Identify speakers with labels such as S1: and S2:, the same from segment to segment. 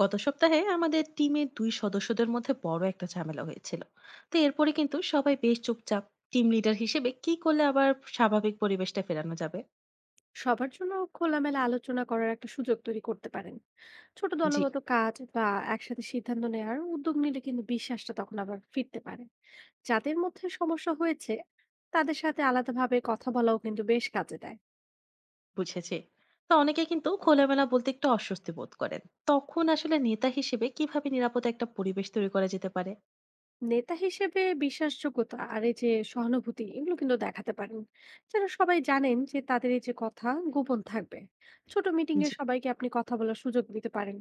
S1: গত সপ্তাহে আমাদের টিমের দুই সদস্যদের মধ্যে বড় একটা ঝামেলা হয়েছিল। তো এরপরে কিন্তু সবাই বেশ চুপচাপ। টিম লিডার হিসেবে কি করলে আবার স্বাভাবিক পরিবেশটা ফেরানো যাবে?
S2: সবার জন্য খোলামেলা আলোচনা করার একটা সুযোগ তৈরি করতে পারেন। ছোট
S1: জি।
S2: দলগত কাজ বা একসাথে সিদ্ধান্ত নেওয়ার উদ্যোগ নিলে কিন্তু বিশ্বাসটা তখন আবার ফিরতে পারে। যাদের মধ্যে সমস্যা হয়েছে তাদের সাথে আলাদাভাবে কথা বলাও কিন্তু বেশ কাজে দেয়।
S1: বুঝেছি। তো অনেকে কিন্তু খোলামেলা বলতে একটু অস্বস্তি বোধ করেন। তখন আসলে নেতা হিসেবে কিভাবে নিরাপদে একটা পরিবেশ তৈরি করা যেতে পারে?
S2: নেতা হিসেবে বিশ্বাসযোগ্যতা আর এই যে সহানুভূতি এগুলো কিন্তু দেখাতে পারেন। যারা সবাই জানেন যে তাদের এই যে কথা গোপন থাকবে। ছোট মিটিং এ
S1: জি।
S2: সবাইকে আপনি কথা বলার সুযোগ দিতে পারেন।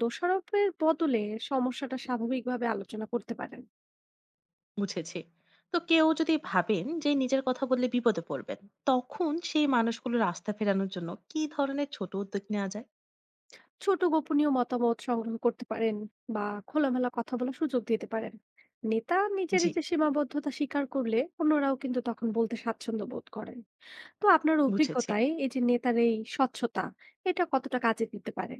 S2: দোষারোপের বদলে সমস্যাটা স্বাভাবিকভাবে আলোচনা করতে পারেন।
S1: বুঝেছি। তো কেউ যদি ভাবেন যে নিজের কথা বললে বিপদে পড়বেন, তখন সেই মানুষগুলোর আস্থা ফেরানোর জন্য কি ধরনের ছোট উদ্যোগ নেওয়া যায়?
S2: ছোট গোপনীয় মতামত সংগ্রহ করতে পারেন বা খোলামেলা কথা বলার সুযোগ দিতে পারেন। নেতা নিজের
S1: জি।
S2: এই যে সীমাবদ্ধতা স্বীকার করলে অন্যরাও কিন্তু তখন বলতে স্বাচ্ছন্দ্য বোধ করেন। তো আপনার
S1: বুঝেছি।
S2: অভিজ্ঞতায় এই যে নেতার এই স্বচ্ছতা এটা কতটা কাজে দিতে পারে?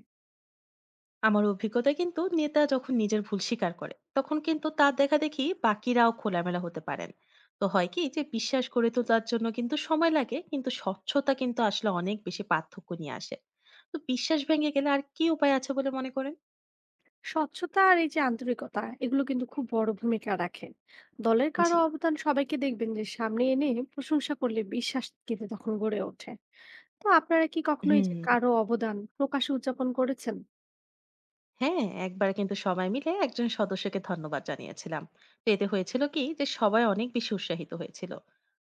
S1: আমার অভিজ্ঞতায় কিন্তু নেতা যখন নিজের ভুল স্বীকার করে তখন কিন্তু তার দেখা দেখি বাকিরাও খোলামেলা হতে পারেন। তো হয় কি যে বিশ্বাস গড়ে তোলার জন্য কিন্তু সময় লাগে, কিন্তু স্বচ্ছতা কিন্তু আসলে অনেক বেশি পার্থক্য নিয়ে আসে। তো বিশ্বাস ভেঙে গেলে আর কি উপায় আছে বলে মনে করেন?
S2: স্বচ্ছতা আর এই যে আন্তরিকতা এগুলো কিন্তু খুব বড় ভূমিকা রাখে। দলের কারো
S1: জি।
S2: অবদান সবাইকে দেখবেন যে সামনে এনে প্রশংসা করলে বিশ্বাস কিন্তু তখন গড়ে ওঠে। তো আপনারা কি কখনো এই
S1: হুম।
S2: যে কারো অবদান প্রকাশে উদযাপন করেছেন?
S1: হ্যাঁ, একবার কিন্তু সবাই মিলে একজন সদস্যকে ধন্যবাদ জানিয়েছিলাম। তো এতে হয়েছিল কি যে সবাই অনেক বেশি উৎসাহিত হয়েছিল।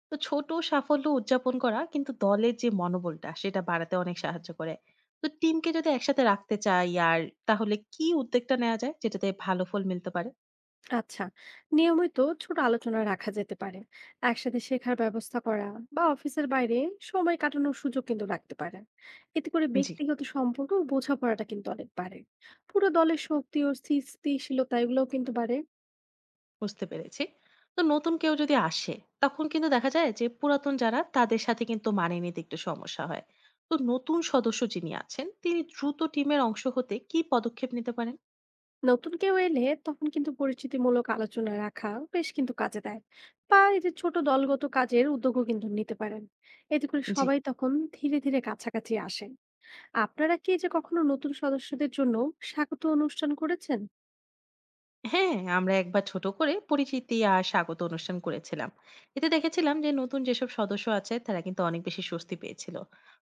S1: তো ছোট সাফল্য উদযাপন করা কিন্তু দলের যে মনোবলটা সেটা বাড়াতে অনেক সাহায্য করে। তো টিমকে যদি একসাথে রাখতে চাই, আর তাহলে কি উদ্যোগটা নেওয়া যায় যেটাতে ভালো ফল মিলতে পারে?
S2: আচ্ছা, নিয়মিত ছোট আলোচনা রাখা যেতে পারে, একসাথে শেখার ব্যবস্থা করা বা অফিসের বাইরে সময় কাটানোর সুযোগ কিন্তু রাখতে পারে। এতে করে
S1: জি।
S2: ব্যক্তিগত সম্পর্ক ও বোঝাপড়াটা কিন্তু অনেক বাড়ে। পুরো দলের শক্তি ও স্থিতিশীলতা এগুলোও কিন্তু বাড়ে।
S1: বুঝতে পেরেছি। তো নতুন কেউ যদি আসে, তখন কিন্তু দেখা যায় যে পুরাতন যারা তাদের সাথে কিন্তু মানিয়ে নিতে একটু সমস্যা হয়। তো নতুন সদস্য যিনি আছেন তিনি দ্রুত টিমের অংশ হতে কি পদক্ষেপ নিতে পারেন?
S2: নতুন কেউ এলে তখন কিন্তু পরিচিতিমূলক আলোচনা রাখা বেশ কিন্তু কাজে দেয়। বা এই যে ছোট দলগত কাজের উদ্যোগও কিন্তু নিতে পারেন। এতে করে
S1: জি।
S2: সবাই তখন ধীরে ধীরে কাছাকাছি আসে। আপনারা কি এই যে কখনো নতুন সদস্যদের জন্য স্বাগত অনুষ্ঠান করেছেন?
S1: হ্যাঁ, আমরা একবার ছোট করে পরিচিতি আর স্বাগত অনুষ্ঠান করেছিলাম। এতে দেখেছিলাম যে নতুন যেসব সদস্য আছে তারা কিন্তু অনেক বেশি স্বস্তি পেয়েছিল।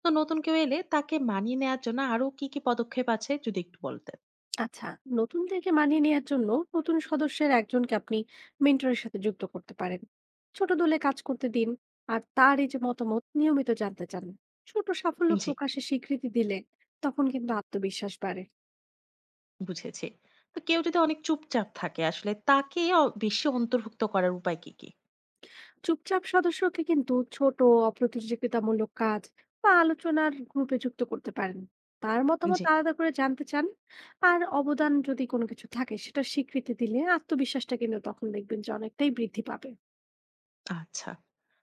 S1: তো নতুন কেউ এলে তাকে মানিয়ে নেওয়ার জন্য আরো কি, কি পদক্ষেপ আছে যদি একটু বলতেন?
S2: আচ্ছা, নতুনদেরকে মানিয়ে নেয়ার জন্য নতুন সদস্যের একজনকে আপনি মেন্টরের সাথে যুক্ত করতে পারেন। ছোট দলে কাজ করতে দিন আর তার এই যে মতামত নিয়মিত জানতে চান। ছোট সাফল্য
S1: জি,
S2: প্রকাশে স্বীকৃতি দিলে তখন কিন্তু আত্মবিশ্বাস বাড়ে।
S1: বুঝেছি। তো কেউ যদি অনেক চুপচাপ থাকে আসলে তাকে বেশি অন্তর্ভুক্ত করার উপায় কি, কি?
S2: চুপচাপ সদস্যকে কিন্তু ছোট অপ্রতিযোগিতামূলক কাজ বা আলোচনার গ্রুপে যুক্ত করতে পারেন। তার মতামত
S1: জি,
S2: আলাদা করে জানতে চান। আর অবদান যদি কোনো কিছু থাকে সেটা স্বীকৃতি দিলে আত্মবিশ্বাসটা কিন্তু তখন দেখবেন যে অনেকটাই বৃদ্ধি পাবে।
S1: আচ্ছা।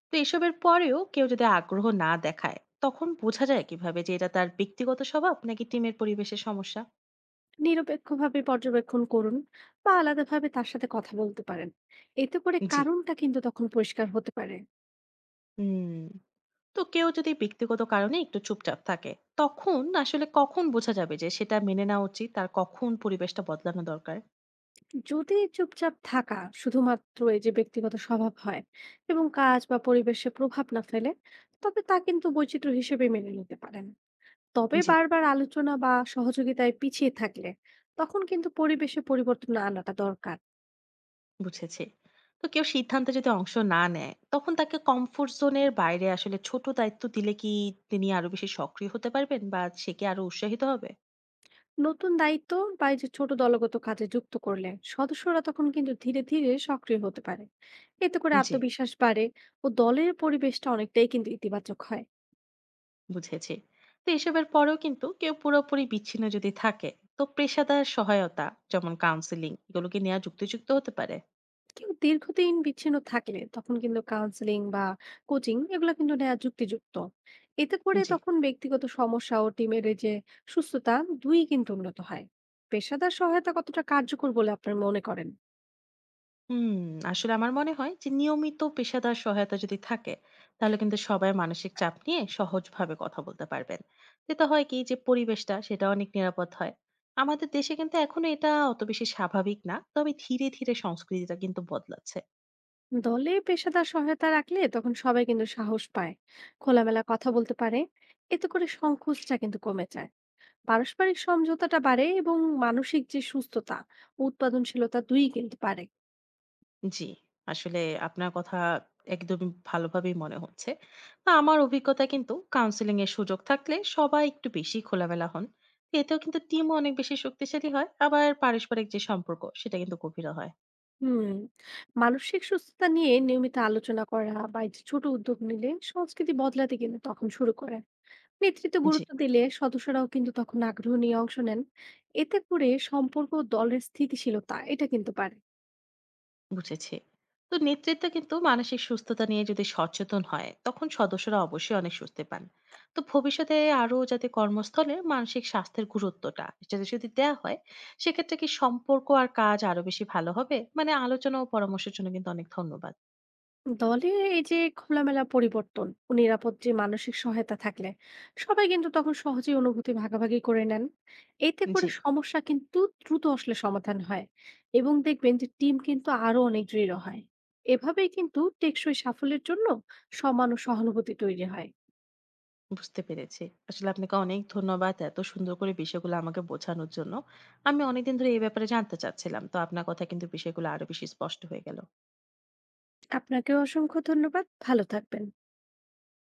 S1: তো এসবের পরেও কেউ যদি আগ্রহ না দেখায়, তখন বোঝা যায় কিভাবে যে এটা তার ব্যক্তিগত স্বভাব নাকি টিমের পরিবেশের সমস্যা?
S2: নিরপেক্ষভাবে পর্যবেক্ষণ করুন বা আলাদাভাবে তার সাথে কথা বলতে পারেন। এতে করে
S1: জি।
S2: কারণটা কিন্তু তখন পরিষ্কার হতে পারে।
S1: হুম। তো কেউ যদি ব্যক্তিগত কারণে একটু চুপচাপ থাকে, তখন আসলে কখন বোঝা যাবে যে সেটা মেনে নেওয়া উচিত আর কখন পরিবেশটা বদলানো দরকার?
S2: যদি চুপচাপ থাকা শুধুমাত্র এই যে ব্যক্তিগত স্বভাব হয় এবং কাজ বা পরিবেশে প্রভাব না ফেলে, তবে তা কিন্তু বৈচিত্র্য হিসেবে মেনে নিতে পারেন। তবে
S1: জি।
S2: বারবার আলোচনা বা সহযোগিতায় পিছিয়ে থাকলে তখন কিন্তু পরিবেশে পরিবর্তন আনাটা দরকার।
S1: বুঝেছি। তো কেউ সিদ্ধান্তে যদি অংশ না নেয় তখন তাকে কমফোর্ট জোনের বাইরে আসলে ছোট দায়িত্ব দিলে কি তিনি আরো বেশি সক্রিয় হতে পারবেন, বা সে কি আরো উৎসাহিত হবে?
S2: নতুন দায়িত্ব বা এই যে ছোট দলগত কাজে যুক্ত করলে সদস্যরা তখন কিন্তু ধীরে ধীরে সক্রিয় হতে পারে। এতে করে
S1: জি।
S2: আত্মবিশ্বাস বাড়ে ও দলের পরিবেশটা অনেকটাই কিন্তু ইতিবাচক হয়।
S1: বুঝেছি। তো এসবের পরেও কিন্তু কেউ পুরোপুরি বিচ্ছিন্ন যদি থাকে, তো পেশাদার সহায়তা, যেমন কাউন্সিলিং, এগুলো কি নেওয়া যুক্তিযুক্ত হতে পারে?
S2: কেউ দীর্ঘদিন বিচ্ছিন্ন থাকলে তখন কিন্তু কাউন্সেলিং বা কোচিং এগুলো কিন্তু নেওয়া যুক্তিযুক্ত। এতে করে
S1: জি।
S2: তখন ব্যক্তিগত সমস্যা ও টিমের এই যে সুস্থতা দুই কিন্তু উন্নত হয়। পেশাদার সহায়তা কতটা কার্যকর বলে আপনার মনে করেন?
S1: হুম, আসলে আমার মনে হয় যে নিয়মিত পেশাদার সহায়তা যদি থাকে, তাহলে কিন্তু সবাই মানসিক চাপ নিয়ে সহজভাবে কথা বলতে পারবেন। যেটা হয় কি যে পরিবেশটা সেটা অনেক নিরাপদ হয়। আমাদের দেশে কিন্তু এখনো এটা অত বেশি স্বাভাবিক না, তবে ধীরে ধীরে সংস্কৃতিটা কিন্তু বদলাচ্ছে।
S2: দলে পেশাদার সহায়তা রাখলে তখন সবাই কিন্তু সাহস পায়, খোলামেলা কথা বলতে পারে। এতে করে সংকোচটা কিন্তু কমে যায়, পারস্পরিক সমঝোতাটা বাড়ে এবং মানসিক যে সুস্থতা ও উৎপাদনশীলতা দুই কিন্তু পারে।
S1: জি। আসলে আপনার কথা একদমই ভালোভাবেই মনে হচ্ছে। তা আমার অভিজ্ঞতা কিন্তু কাউন্সিলিং এর সুযোগ থাকলে সবাই একটু বেশি খোলামেলা হন। এতেও কিন্তু টিমও অনেক বেশি শক্তিশালী হয়, আবার পারস্পরিক যে সম্পর্ক সেটা কিন্তু গভীর হয়।
S2: হুম, মানসিক সুস্থতা নিয়ে নিয়মিত আলোচনা করা বা এই যে ছোট উদ্যোগ নিলে সংস্কৃতি বদলাতে কিন্তু তখন শুরু করে। নেতৃত্ব
S1: জি,
S2: গুরুত্ব দিলে সদস্যরাও কিন্তু তখন আগ্রহ নিয়ে অংশ নেন। এতে করে সম্পর্ক ও দলের স্থিতিশীলতা এটা কিন্তু পারে।
S1: বুঝেছি। তো নেতৃত্ব কিন্তু মানসিক সুস্থতা নিয়ে যদি সচেতন হয়, তখন সদস্যরা অবশ্যই অনেক স্বস্তি পান। তো ভবিষ্যতে আরো যাতে কর্মস্থলে মানসিক স্বাস্থ্যের গুরুত্বটা সেটা যদি দেয়া হয়, সেক্ষেত্রে কি সম্পর্ক আর কাজ আরো বেশি ভালো হবে? মানে আলোচনা ও পরামর্শের জন্য কিন্তু অনেক ধন্যবাদ।
S2: দলে এই যে খোলামেলা পরিবর্তন ও নিরাপদ যে মানসিক সহায়তা থাকলে সবাই কিন্তু তখন সহজেই অনুভূতি ভাগাভাগি করে নেন। এতে করে
S1: জি,
S2: সমস্যা কিন্তু দ্রুত আসলে সমাধান হয় এবং দেখবেন যে টিম কিন্তু আরো অনেক দৃঢ় হয়। এভাবেই কিন্তু টেকসই সাফল্যের জন্য সমান ও সহানুভূতি তৈরি হয়।
S1: বুঝতে পেরেছি। আসলে আপনাকে অনেক ধন্যবাদ এত সুন্দর করে বিষয়গুলো আমাকে বোঝানোর জন্য। আমি অনেকদিন ধরে এই ব্যাপারে জানতে চাচ্ছিলাম। তো আপনার কথা কিন্তু বিষয়গুলো আরো বেশি স্পষ্ট হয়ে গেল।
S2: আপনাকেও অসংখ্য ধন্যবাদ। ভালো থাকবেন।